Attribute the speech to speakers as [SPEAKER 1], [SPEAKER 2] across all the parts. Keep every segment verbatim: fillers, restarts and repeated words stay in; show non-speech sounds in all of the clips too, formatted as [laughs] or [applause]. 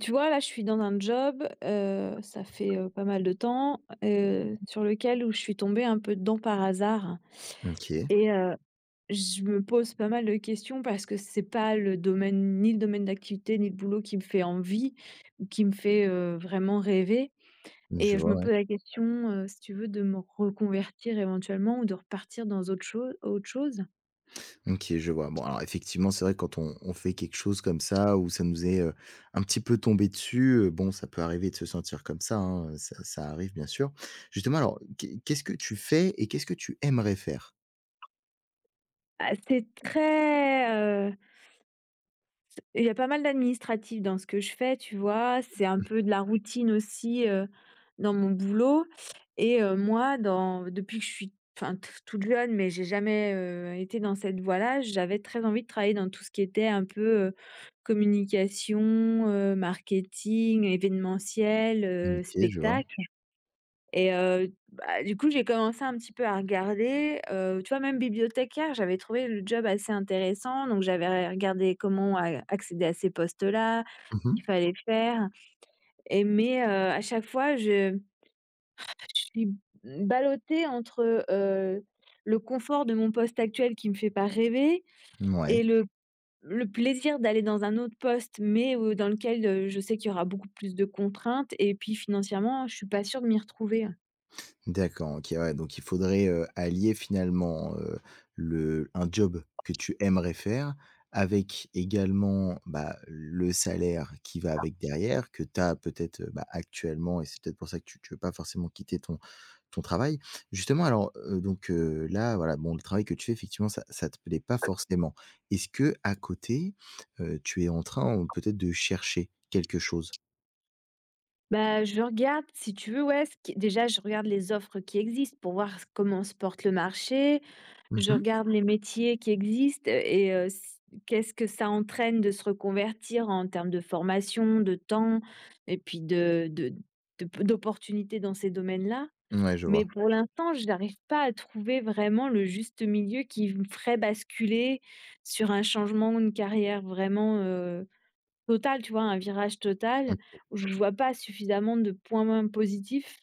[SPEAKER 1] Tu vois, là, je suis dans un job, heu, ça fait, heu, pas mal de temps, heu, sur lequel où je suis tombée un peu dedans par hasard
[SPEAKER 2] OK,
[SPEAKER 1] et heu, je me pose pas mal de questions parce que c'est pas le domaine ni le domaine d'activité, ni le boulot qui me fait envie ou qui me fait, heu, vraiment rêver.
[SPEAKER 2] je
[SPEAKER 1] Et je
[SPEAKER 2] vois,
[SPEAKER 1] me
[SPEAKER 2] ouais.
[SPEAKER 1] pose la question, heu, si tu veux, de me reconvertir éventuellement ou de repartir dans autre chose autre chose.
[SPEAKER 2] OK, je vois. Bon, alors effectivement, c'est vrai que quand on on fait quelque chose comme ça, où ça nous est, heu, un petit peu tombé dessus, heu, bon, ça peut arriver de se sentir comme ça, hein, ça ça arrive bien sûr. Justement, alors, qu'est qu'est-ce que tu fais et qu'est-ce que tu aimerais faire?
[SPEAKER 1] Ah, c'est très, il y a pas mal d'administratif dans ce que je fais, tu vois? C'est un peu de la routine aussi, heu, dans mon boulot et heu, moi dans depuis que je suis enfin t toute jeune, mais j'ai jamais, heu, été dans cette voie-là, j'avais très envie de travailler dans tout ce qui était un peu, heu, communication, heu, marketing, événementiel, heu,
[SPEAKER 2] OK, je vois.
[SPEAKER 1] spectacle. Et heu, bah, du coup, j'ai commencé un petit peu à regarder, heu, tu vois, même bibliothécaire, j'avais trouvé le job assez intéressant, donc j'avais regardé comment a accéder à ces postes-là,
[SPEAKER 2] Mmh
[SPEAKER 1] il
[SPEAKER 2] mh.
[SPEAKER 1] fallait faire et mais, heu, à chaque fois, je je suis ballottée entre, heu, le confort de mon poste actuel qui me fait pas rêver et le le plaisir d'aller dans un autre poste, mais heu, dans lequel, heu, je sais qu'il y aura beaucoup plus de contraintes et puis financièrement, je suis pas sûre de m'y retrouver, hein.
[SPEAKER 2] D'accord, OK, ouais, donc il faudrait, heu, allier finalement, heu, le un job que tu aimerais faire avec également, bah, le salaire qui va avec derrière, que tu as peut-être, heu, bah, actuellement, et c'est peut-être pour ça que tu ne veux pas forcément quitter ton ton travail. Justement alors, heu, donc, heu, là, voilà, bon, le travail que tu fais effectivement ça ça te plaît pas forcément. Est-ce que à côté, heu, tu es en train, euh, peut-être, de chercher quelque chose?
[SPEAKER 1] Bah, je regarde, si tu veux, ouais, ce qui déjà, je regarde les offres qui existent pour voir s comment se porte le marché. Je
[SPEAKER 2] Mmh.
[SPEAKER 1] regarde les métiers qui existent euh, et heu, s qu'est-ce que ça entraîne de se reconvertir en termes de formation, de temps et puis de de de p d'opportunités dans ces domaines-là.
[SPEAKER 2] Ouais, je
[SPEAKER 1] Mais
[SPEAKER 2] vois.
[SPEAKER 1] pour l'instant, je n'arrive pas à trouver vraiment le juste milieu qui me ferait basculer sur un changement de carrière vraiment, total, tu vois? Un virage total où je vois pas suffisamment de points positifs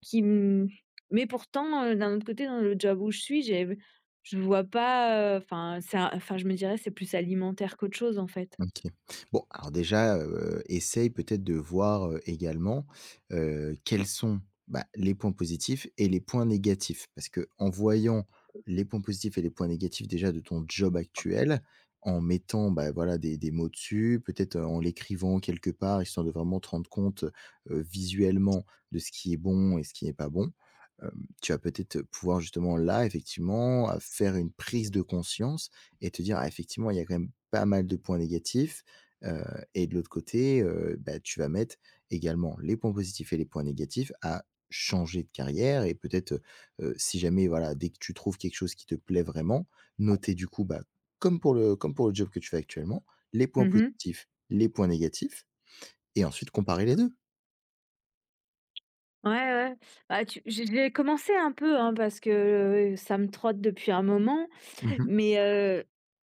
[SPEAKER 1] qui me mais pourtant, heu, d'un autre côté, dans le job où je suis, j'ai je vois pas, heu, enfin, c'est un enfin, je me dirais, c'est plus alimentaire qu'autre chose, en fait.
[SPEAKER 2] OK. Bon, alors déjà, heu, essaye peut-être de voir, heu, également, heu, quels sont, bah, les points positifs et les points négatifs. Parce que en voyant les points positifs et les points négatifs déjà de ton job actuel, en mettant, bah, voilà des des mots dessus, peut-être, heu, en l'écrivant quelque part, histoire de vraiment te rendre compte, heu, visuellement de ce qui est bon et ce qui n'est pas bon. Hem, tu vas peut-être pouvoir justement là, effectivement, à faire une prise de conscience et te dire: «Ah effectivement, il y a quand même pas mal de points négatifs», heu et de l'autre côté, heu, bah, tu vas mettre également les points positifs et les points négatifs à changer de carrière, et peut-être, heu si jamais voilà, dès que tu trouves quelque chose qui te plaît vraiment, noter du coup, bah, comme pour le comme pour le job que tu fais actuellement, les points
[SPEAKER 1] Mmh.
[SPEAKER 2] positifs, les points négatifs, et ensuite comparer les deux.
[SPEAKER 1] Ouais, ouais. Bah, tu j'ai j'ai commencé un peu, hein, parce que, heu, ça me trotte depuis un moment.
[SPEAKER 2] Mmh.
[SPEAKER 1] Mais heu,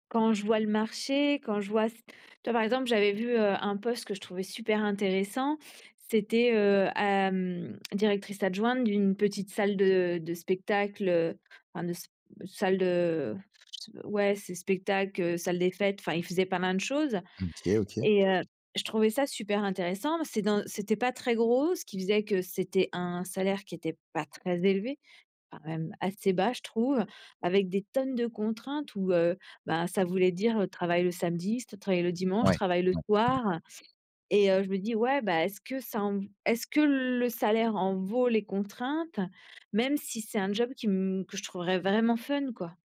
[SPEAKER 1] quand je vois le marché, quand je vois tu vois, par exemple, j'avais vu, heu, un poste que je trouvais super intéressant. C'était, heu, hem, directrice adjointe d'une petite salle de de spectacle, heu, enfin de s salle de ouais, c'est spectacle, heu, salle des fêtes, enfin, ils faisaient pas mal de choses
[SPEAKER 2] OK, OK.
[SPEAKER 1] et heu, je trouvais ça super intéressant. C'est dans c'était pas très gros, ce qui faisait que c'était un salaire qui était pas très élevé. Enfin même assez bas je trouve, avec des tonnes de contraintes où, heu, ben, ça voulait dire, heu, travaille le samedi, s travaille le dimanche,
[SPEAKER 2] Ouais.
[SPEAKER 1] travaille le
[SPEAKER 2] Ouais.
[SPEAKER 1] soir et heu, je me dis: «Ouais, bah, est-ce que ça en est-ce que le salaire en vaut les contraintes?» même si c'est un job qui me que je trouverais vraiment fun, quoi.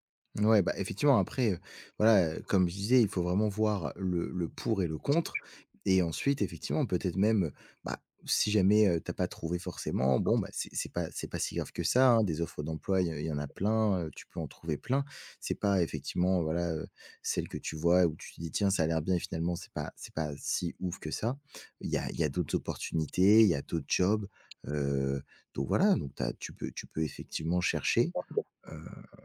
[SPEAKER 2] Ouais, bah, effectivement, après, heu, voilà, heu, comme je disais, il faut vraiment voir le le pour et le contre, et ensuite, effectivement, peut-être même, heu, bah, si jamais, heu, tu pas trouvé forcément, bon, bah, c'est c'est pas c'est pas si grave que ça, hein. Des offres d'emploi, il y il y en a plein, heu, tu peux en trouver plein. C'est pas effectivement, voilà, heu, celle que tu vois où tu te dis: «Tiens, ça a l'air bien», et finalement, c'est pas c'est pas si ouf que ça. Il y a il y a d'autres opportunités, il y a d'autres jobs, heu, donc voilà, donc t'as tu peux tu peux effectivement chercher. Heu,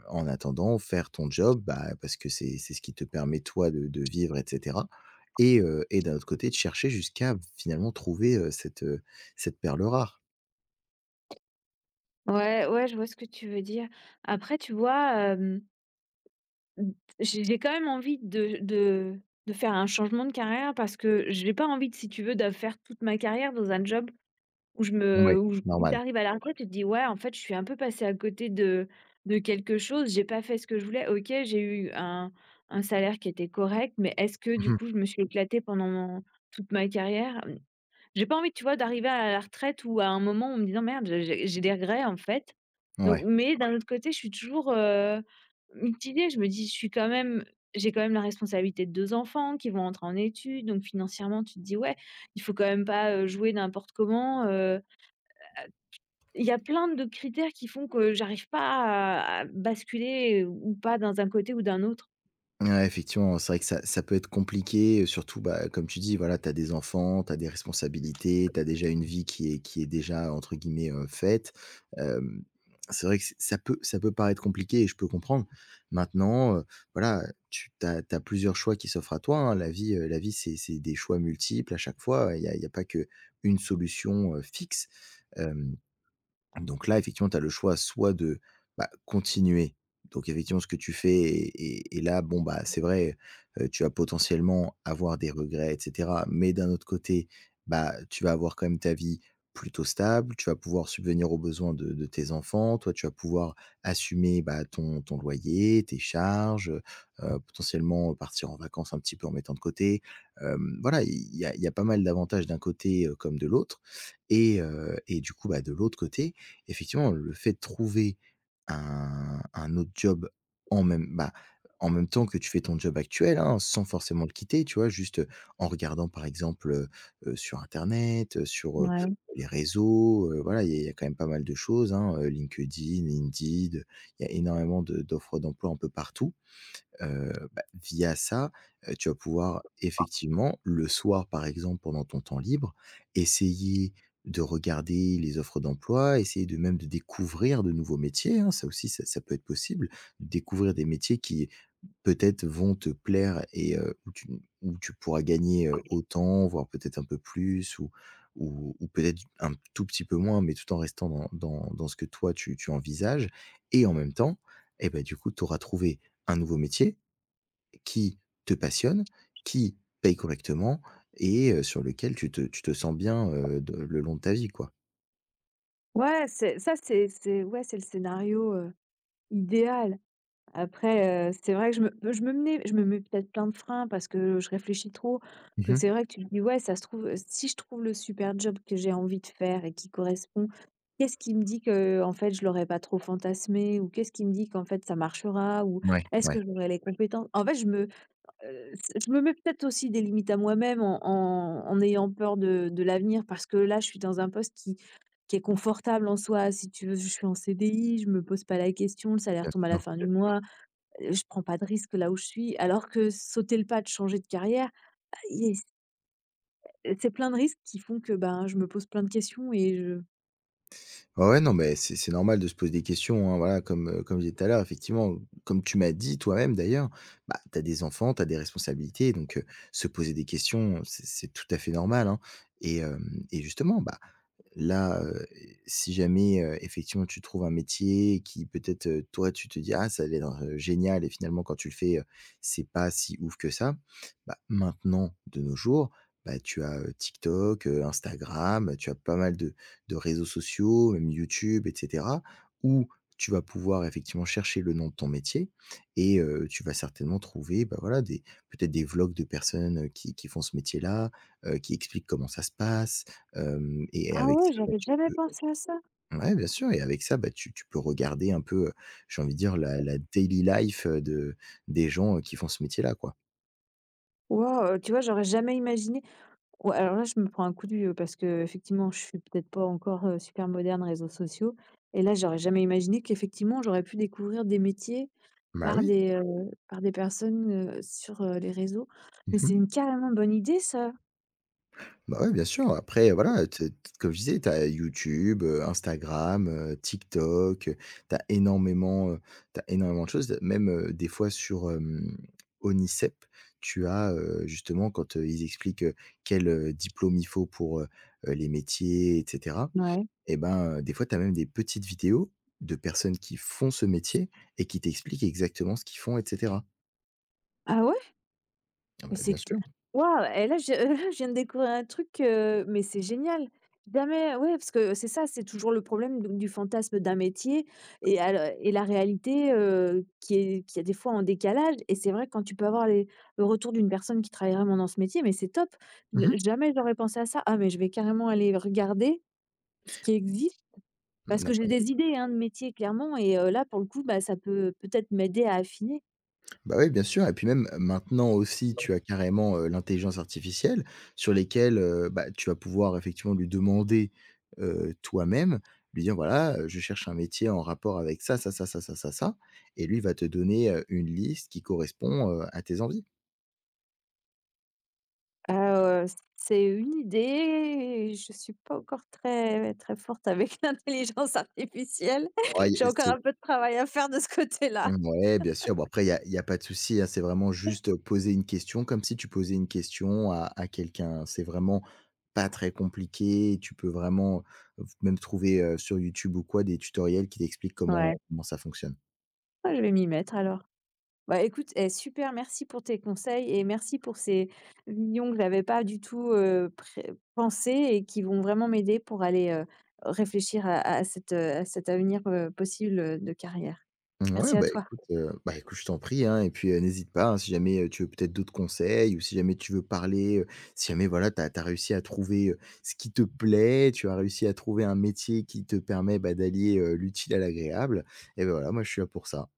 [SPEAKER 2] En attendant, faire ton job, bah, parce que c'est c'est ce qui te permet toi de de vivre, et cetera, et heu et d'un autre côté de chercher jusqu'à finalement trouver, heu, cette, heu, cette perle rare.
[SPEAKER 1] Ouais, ouais, je vois ce que tu veux dire. Après tu vois, hem, j'ai j'ai quand même envie de de de faire un changement de carrière parce que j'ai pas envie de si tu veux de faire toute ma carrière dans un job où je
[SPEAKER 2] Ouais,
[SPEAKER 1] me où je où tu
[SPEAKER 2] normal.
[SPEAKER 1] à la retraite, tu te dis: «Ouais, en fait, je suis un peu passée à côté de de quelque chose. J'ai pas fait ce que je voulais. OK, j'ai eu un un salaire qui était correct, mais est-ce que du coup, je me suis éclatée pendant mon toute ma carrière?» hem, j'ai pas envie, tu vois, d'arriver à la retraite ou à un moment en me disant: «Merde, j'ai j'ai des regrets, en fait».
[SPEAKER 2] [laughs]
[SPEAKER 1] Donc
[SPEAKER 2] Ouais.
[SPEAKER 1] mais d'un autre côté, je suis toujours, heu, mitigée. Je me dis: «Je suis quand même j'ai quand même la responsabilité de deux enfants qui vont entrer en études». Donc financièrement, tu te dis: «Ouais, il faut quand même pas, heu, jouer n'importe comment, il y a plein de critères qui font que j'arrive pas à à basculer ou pas dans un côté ou d'un autre.
[SPEAKER 2] Ouais, effectivement, c'est vrai que ça ça peut être compliqué, heu, surtout, bah, comme tu dis, voilà, tu as des enfants, tu as des responsabilités, tu as déjà une vie qui est qui est déjà entre guillemets, heu, «faite». Hem, c'est vrai que c ça peut ça peut paraître compliqué, et je peux comprendre. Maintenant, heu, voilà, tu tu as plusieurs choix qui s'offrent à toi, hein. La vie, heu, la vie, c'est c'est des choix multiples à chaque fois. Il y a il y a pas qu'une solution, heu, fixe. Donc là, effectivement, tu as le choix soit de, bah, continuer. Donc effectivement, ce que tu fais et et et là, bon, bah, c'est vrai, heu, tu vas potentiellement avoir des regrets et cetera. Mais d'un autre côté, bah, tu vas avoir quand même ta vie plutôt stable, tu vas pouvoir subvenir aux besoins de de tes enfants. Toi, tu vas pouvoir assumer, bah, ton ton loyer, tes charges, heu potentiellement partir en vacances un petit peu en mettant de côté. Hem, voilà, il y a il y a pas mal d'avantages d'un côté, heu, comme de l'autre, et heu et du coup, bah, de l'autre côté, effectivement, le fait de trouver un un autre job en même bah, en même temps que tu fais ton job actuel, hein, sans forcément le quitter, tu vois? Juste, heu, en regardant par exemple, heu heu, sur internet, heu, sur, heu,
[SPEAKER 1] Ouais.
[SPEAKER 2] les réseaux, heu, voilà, il y a il y a quand même pas mal de choses, hein, heu, LinkedIn, Indeed, il y a énormément de d'offres d'emploi un peu partout, heu, bah, via ça, heu, tu vas pouvoir effectivement le soir, par exemple, pendant ton temps libre, essayer de regarder les offres d'emploi, essayer de même de découvrir de nouveaux métiers, hein. Ça aussi, ça ça peut être possible. Découvrir des métiers qui, peut-être, vont te plaire, et heu, où tu où tu pourras gagner, heu, autant, voire peut-être un peu plus ou ou ou peut-être un tout petit peu moins, mais tout en restant dans dans dans ce que toi tu tu envisages, et en même temps et ben du coup, tu auras trouvé un nouveau métier qui te passionne, qui paye correctement, et heu, sur lequel tu te tu te sens bien, heu, de le long de ta vie, quoi.
[SPEAKER 1] Ouais, c'est ça, c'est c'est ouais, c'est le scénario, heu, idéal. Après, heu, c'est vrai que je me je me mets je me mets peut-être plein de freins parce que je réfléchis trop,
[SPEAKER 2] Mmh
[SPEAKER 1] que
[SPEAKER 2] mh.
[SPEAKER 1] c'est vrai que tu te dis: «Ouais, ça se trouve, heu, si je trouve le super job que j'ai envie de faire et qui correspond, qu'est-ce qui me dit que en fait, je l'aurais pas trop fantasmé? Ou qu'est-ce qui me dit qu'en fait, ça marchera? Ou
[SPEAKER 2] Ouais.
[SPEAKER 1] est-ce
[SPEAKER 2] Ouais,
[SPEAKER 1] que j'aurai les Oui. compétences?» en fait, je me Heu, c je me mets peut-être aussi des limites à moi-même en en en ayant peur de de l'avenir parce que là, je suis dans un poste qui qui est confortable en soi. Si tu veux, je suis en C D I, je me pose pas la question, le salaire
[SPEAKER 2] bien
[SPEAKER 1] tombe à la
[SPEAKER 2] sûr.
[SPEAKER 1] fin du mois, heu, je prends pas de risque là où je suis. Alors que sauter le pas de changer de carrière, il y a c'est plein de risques qui font que, ben, je me pose plein de questions et je
[SPEAKER 2] Ouais, ouais, non, mais c'est c'est normal de se poser des questions, hein, voilà, comme, heu, comme je disais tout à l'heure, effectivement, comme tu m'as dit toi-même d'ailleurs, bah, tu as des enfants, tu as des responsabilités, donc heu, se poser des questions, c'est c'est tout à fait normal, hein, et hem et justement, bah là, heu, si jamais, heu, effectivement tu trouves un métier qui peut-être, heu, toi tu te dis: «Ah ça va être heu, génial», et finalement quand tu le fais, heu, c'est pas si ouf que ça. Bah, maintenant, de nos jours, bah, tu as, heu, TikTok, heu, Instagram, tu as pas mal de de réseaux sociaux, même YouTube et cetera, où tu vas pouvoir effectivement chercher le nom de ton métier, et heu, tu vas certainement trouver, bah, voilà des peut-être des vlogs de personnes, heu, qui qui font ce métier-là, heu, qui expliquent comment ça se passe. Hem et
[SPEAKER 1] Ah
[SPEAKER 2] avec
[SPEAKER 1] ouais,
[SPEAKER 2] ça, bah,
[SPEAKER 1] j'avais
[SPEAKER 2] tu
[SPEAKER 1] jamais
[SPEAKER 2] peux
[SPEAKER 1] pensé à ça.
[SPEAKER 2] ouais, bien sûr, et avec ça, bah, tu tu peux regarder un peu, heu, j'ai envie de dire la la daily life, heu, de des gens, heu, qui font ce métier-là, quoi.
[SPEAKER 1] Wow, tu vois, j'aurais jamais imaginé. Ouais, alors là, je me prends un coup de vieux parce que effectivement, je suis peut-être pas encore, heu, super moderne réseaux sociaux et là, j'aurais jamais imaginé qu'effectivement, j'aurais pu découvrir des métiers
[SPEAKER 2] Bah,
[SPEAKER 1] par
[SPEAKER 2] oui.
[SPEAKER 1] des, heu, par des personnes, heu, sur, heu, les réseaux. Mais c'est
[SPEAKER 2] Mmh.
[SPEAKER 1] une carrément bonne idée ça!
[SPEAKER 2] Bah, ouais, bien sûr. Après, voilà, tu tu comme je disais, tu as YouTube, heu, Instagram, heu, TikTok, heu, tu as énormément, heu, tu énormément de choses. Même, heu, des fois sur, hem, ONICEP, tu as, heu, justement quand, heu, ils expliquent, heu, quel, heu, diplôme il faut pour, heu heu, les métiers et cetera.
[SPEAKER 1] Ouais.
[SPEAKER 2] Et ben, heu, des fois, tu as même des petites vidéos de personnes qui font ce métier et qui t'expliquent exactement ce qu'ils font et cetera.
[SPEAKER 1] Ah ouais?
[SPEAKER 2] Ah bah,
[SPEAKER 1] Mais c'est
[SPEAKER 2] bien sûr.
[SPEAKER 1] waouh! Et là, je [laughs] là, je viens de découvrir un truc, heu, mais c'est génial! Jamais ouais, parce que c'est ça, c'est toujours le problème donc du fantasme d'un métier et à le et la réalité, heu, qui est qui a des fois en décalage et c'est vrai quand tu peux avoir les le retour d'une personne qui travaille vraiment dans ce métier, mais c'est top! N
[SPEAKER 2] Mmh.
[SPEAKER 1] jamais j'aurais pensé à ça. Ah, mais je vais carrément aller regarder ce qui existe parce que
[SPEAKER 2] Bah
[SPEAKER 1] j'ai
[SPEAKER 2] oui,
[SPEAKER 1] des idées, hein, de métier clairement et heu, là, pour le coup, bah, ça peut peut-être m'aider à affiner.
[SPEAKER 2] bah oui, bien sûr, et puis même euh, maintenant aussi, tu as carrément, heu, l'intelligence artificielle sur lesquelles, heu, bah, tu vas pouvoir effectivement lui demander, heu, toi-même, lui dire: «Voilà, heu, je cherche un métier en rapport avec ça, ça, ça, ça, ça, ça, ça», et lui va te donner, heu, une liste qui correspond, heu, à tes envies.
[SPEAKER 1] Heu, c'est une idée, je suis pas encore très très forte avec [laughs] l'intelligence artificielle.
[SPEAKER 2] Ouais,
[SPEAKER 1] [laughs] J'ai encore un peu de travail à faire de ce côté-là.
[SPEAKER 2] Ouais, bien sûr. Bon, après, il y a y a pas de souci, hein. C'est vraiment juste, poser une question comme si tu posais une question à à quelqu'un. C'est vraiment pas très compliqué. Tu peux vraiment, heu, même trouver, heu, sur YouTube ou quoi, des tutoriels qui t'expliquent comment
[SPEAKER 1] Ouais.
[SPEAKER 2] comment ça fonctionne.
[SPEAKER 1] Ah, je vais m'y mettre alors. Bah, écoute, eh, super, merci pour tes conseils et merci pour ces visions que j'avais pas du tout, heu, pré pensées et qui vont vraiment m'aider pour aller, heu, réfléchir à à cet, heu, à cet avenir, heu, possible, heu, de carrière.
[SPEAKER 2] Ouais,
[SPEAKER 1] Merci à
[SPEAKER 2] bah,
[SPEAKER 1] toi.
[SPEAKER 2] écoute, heu, bah, écoute, je t'en prie, hein, et puis, heu, n'hésite pas, hein, si jamais, heu, tu veux peut-être d'autres conseils, ou si jamais tu veux parler, heu, si jamais, voilà, tu as réussi à trouver, heu, ce qui te plaît, tu as réussi à trouver un métier qui te permet, bah, d'allier, heu, l'utile à l'agréable, et ben voilà, moi, je suis là pour ça.